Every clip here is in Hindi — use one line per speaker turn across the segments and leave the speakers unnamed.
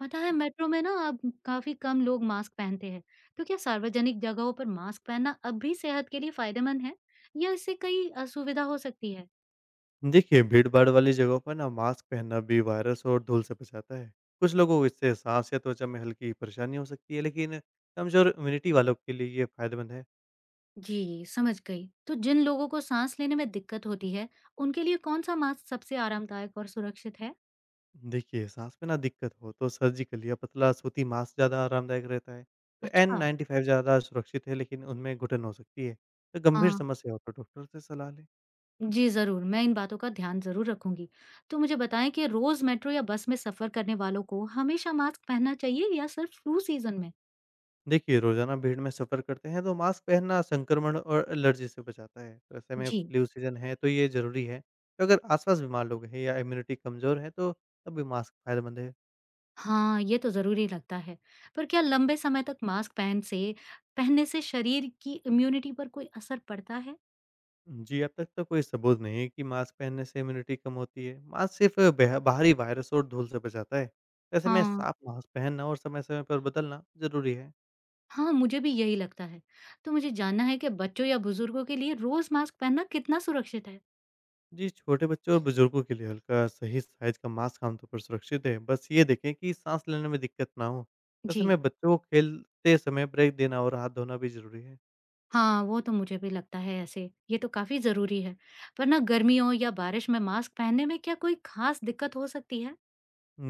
पता है मेट्रो में ना अब काफी कम लोग मास्क पहनते हैं। तो क्या सार्वजनिक जगहों पर मास्क पहनना अब भी सेहत के लिए फायदेमंद है या इससे कई असुविधा हो सकती है?
देखिए, भीड़-भाड़ वाली जगहों पर ना मास्क पहनना भी वायरस और धूल से बचाता है। कुछ लोगों को इससे साँस या त्वचा में हल्की परेशानी हो सकती है, लेकिन कमज़ोर इम्यूनिटी वालों के लिए ये फ़ायदेमंद है।
जी समझ गई। तो जिन लोगों को सांस लेने में दिक्कत होती है उनके लिए कौन सा मास्क सबसे आरामदायक और सुरक्षित है?
देखिए, साँस में ना दिक्कत हो तो सर्जिकल या पतला सूती मास्क ज़्यादा आरामदायक रहता है। तो
अच्छा।
N95 ज़्यादा सुरक्षित है, लेकिन उनमें घुटन हो सकती है। तो गंभीर
हाँ
समस्या हो तो डॉक्टर से सलाह लें।
जी, जरूर मैं इन बातों का ध्यान जरूर रखूंगी। तो मुझे बताएं कि रोज मेट्रो या बस में सफर करने वालों को हमेशा मास्क पहनना चाहिए या सिर्फ फ्लू सीजन में?
देखिए, रोज़ाना भीड़ में सफ़र करते हैं तो मास्क पहनना संक्रमण और एलर्जी से बचाता है। तो ऐसे में
जी।
फ्लू सीज़न है तो ये ज़रूरी है। तो अगर आस-पास बीमार लोग हैं या इम्यूनिटी कमज़ोर है तो तब भी मास्क फ़ायदेमंद है।
हाँ, ये तो ज़रूरी लगता है। पर क्या लंबे समय तक मास्क पहन से पहनने से शरीर की इम्यूनिटी पर कोई असर पड़ता है?
जी, अब तक तो कोई सबूत नहीं है कि मास्क पहनने से इम्यूनिटी कम होती है। मास्क सिर्फ बेह बाहरी वायरस और धूल से बचाता है। तो ऐसे में
हाँ।
साफ मास्क पहनना और समय-समय पर बदलना ज़रूरी है।
हाँ, मुझे भी यही लगता है। तो मुझे जानना है कि बच्चों या बुजुर्गों के लिए रोज़ मास्क पहनना कितना सुरक्षित है?
जी, छोटे बच्चों और बुजुर्गों के लिए हल्का, सही साइज़ का मास्क आमतौर पर सुरक्षित है। बस ये देखें कि सांस लेने में दिक्कत ना हो। ऐसे
जी।
में बच्चों को खेलते समय ब्रेक देना और हाथ धोना भी ज़रूरी है।
हाँ, वो तो मुझे भी लगता है ऐसे। ये तो काफ़ी ज़रूरी है। पर ना गर्मियों या बारिश में मास्क पहनने में क्या कोई ख़ास दिक्कत हो सकती है?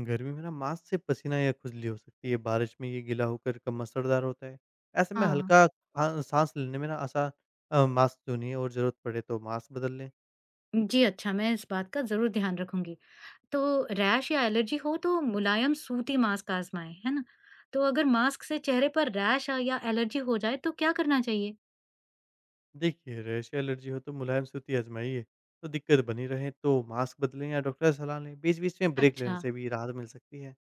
गर्मी में ना मास्क से पसीना या खुजली हो सकती है। बारिश में ये गीला होकर कम असरदार होता है। ऐसे में
हाँ।
हल्का हाँ, साँस लेने में ना आसा अ, मास्क चुनिए और ज़रूरत पड़े तो मास्क बदल लें।
जी अच्छा, मैं इस बात का ज़रूर ध्यान रखूंगी। तो रैश या एलर्जी हो तो मुलायम सूती मास्क आजमाएं, है ना? तो अगर मास्क से चेहरे पर रैश या एलर्जी हो जाए तो क्या करना चाहिए?
देखिए, रैश या एलर्जी हो तो मुलायम सूती आज़माइए, तो दिक्कत बनी रहे तो मास्क बदलें या डॉक्टर से सलाह लें। बीच-बीच में ब्रेक लेने
अच्छा,
से भी राहत मिल सकती है।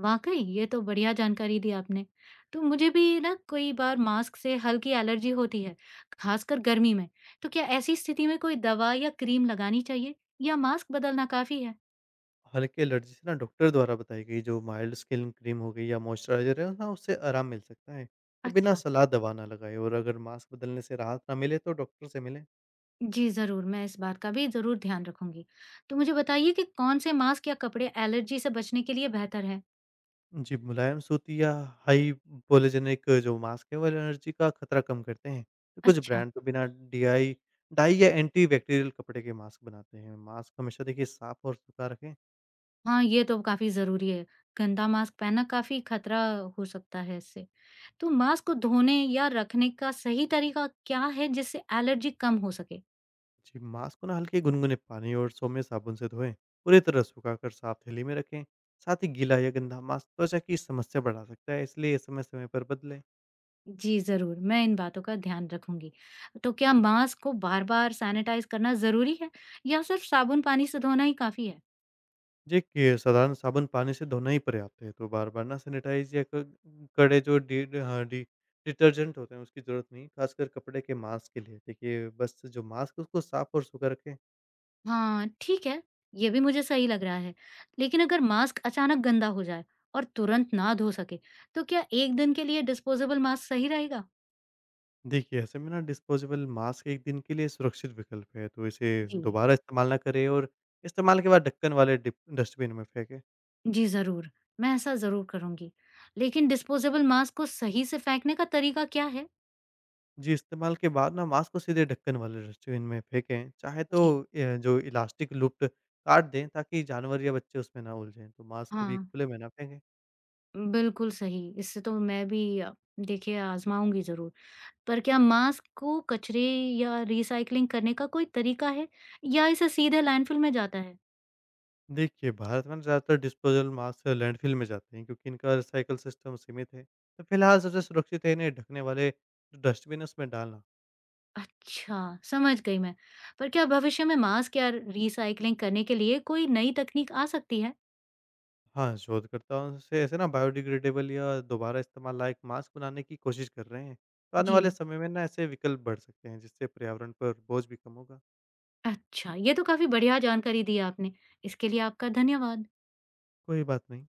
वाकई ये तो बढ़िया जानकारी दी आपने। तो मुझे भी ना कई बार मास्क से हल्की एलर्जी होती है, खासकर गर्मी में। तो क्या ऐसी स्थिति में कोई दवा या क्रीम लगानी चाहिए या मास्क बदलना काफी है?
हल्की एलर्जी से ना डॉक्टर द्वारा बताई गई जो माइल्ड स्किन क्रीम हो गई या मॉइस्चराइज़र है ना उससे आराम मिल सकता है। तो बिना
अच्छा,
सलाह दवा ना लगाएँ और अगर मास्क बदलने से राहत ना मिले तो डॉक्टर से मिलें।
जी जरूर, मैं इस बात का भी जरूर ध्यान रखूंगी। तो मुझे बताइए कि कौन से मास्क या कपड़े एलर्जी से बचने के लिए बेहतर है?
जी, मुलायम सूती या हाइपोअलर्जेनिक जो मास्क है वो एलर्जी का खतरा कम करते हैं। तो कुछ
अच्छा।
ब्रांड तो बिना डीआई डाई या एंटी बैक्टीरियल कपड़े के मास्क बनाते हैं। मास्क हमेशा देखिए साफ और सूखा रखें।
हाँ, ये तो काफ़ी ज़रूरी है। गंदा मास्क पहनना काफ़ी खतरा हो सकता है इससे। तो मास्क को धोने या रखने का सही तरीका क्या है जिससे एलर्जी कम हो सके?
जी, मांस को ना हल्के गुनगुने पानी और सौम्य साबुन से धोएं। पूरी तरह सुखाकर साफ थैली में रखें। साथ ही गीला या गंदा मांस त्वचा की समस्या बढ़ा सकता है, इसलिए समय-समय पर बदलें।
जी, ज़रूर, मैं इन बातों का ध्यान रखूँगी। तो क्या मास्क को बार-बार सैनिटाइज़ करना ज़रूरी है या सिर्फ साबुन पानी से धोना ही काफ़ी है?
जी, के साधारण साबुन पानी से धोना ही पर्याप्त है, तो बार-बार ना सैनिटाइज या क कड़े जो डी हाँ, डी डिटर्जेंट होते हैं, उसकी ज़रूरत नहीं, खासकर कपड़े के मांस के लिए। देखिए, बस जो मांस है, उसको साफ और सूखा रखें।
हाँ, ठीक है, ये भी मुझे सही लग रहा है। लेकिन अगर मास्क अचानक गंदा हो जाए और तुरंत ना धो सके, तो क्या 1 दिन के लिए डिस्पोजेबल मास्क सही रहेगा?
देखिए, ऐसे में ना डिस्पोजेबल मास्क एक दिन के लिए सुरक्षित विकल्प है, तो इसे
जी।
दोबारा इस्तेमाल ना करें और इस्तेमाल के बाद ढक्कन वाले डिप डस्टबिन में फेंकें।
जी, ज़रूर। मैं ऐसा ज़रूर करूँगी। लेकिन डिस्पोज़ेबल मास्क को सही से फेंकने का तरीका क्या है?
जी, इस्तेमाल के बाद ना मास्क को सीधे ढक्कन वाले डस्टबिन में फेंकें।
जी।
जो इलास्टिक लूप्ड काट दें ताकि जानवर या बच्चे उसमें ना उलझें, तो मास्क कभी
हाँ,
खुले में ना फेंकें।
बिल्कुल सही। इससे तो देखिए आज़माऊँगी ज़रूर। पर क्या मास्क को कचरे या रीसाइक्लिंग करने का कोई तरीका है या इसे सीधे लैंडफ़िल में जाता है?
देखिए, भारत में ना ज़्यादातर डिस्पोजेबल मास्क लैंडफिल में जाते हैं क्योंकि इनका रिसाइकल सिस्टम सीमित है। तो फिलहाल सबसे सुरक्षित है इन्हें ढकने वाले जो डस्टबिन है उसमें डालना।
अच्छा, समझ गई मैं। पर क्या भविष्य में मास्क या रीसाइक्लिंग करने के लिए कोई नई तकनीक आ सकती है?
हाँ, शोधकर्ताओं से ऐसे ना बायोडिग्रेडेबल या दोबारा इस्तेमाल लायक मास्क बनाने की कोशिश कर रहे हैं। तो आने
जी।
वाले समय में ना ऐसे विकल्प बढ़ सकते हैं, जिससे पर्यावरण पर बोझ भी कम होगा।
अच्छा, ये तो काफ़ी बढ़िया जानकारी दी आपने। इसके लिए आपका धन्यवाद।
कोई बात नहीं।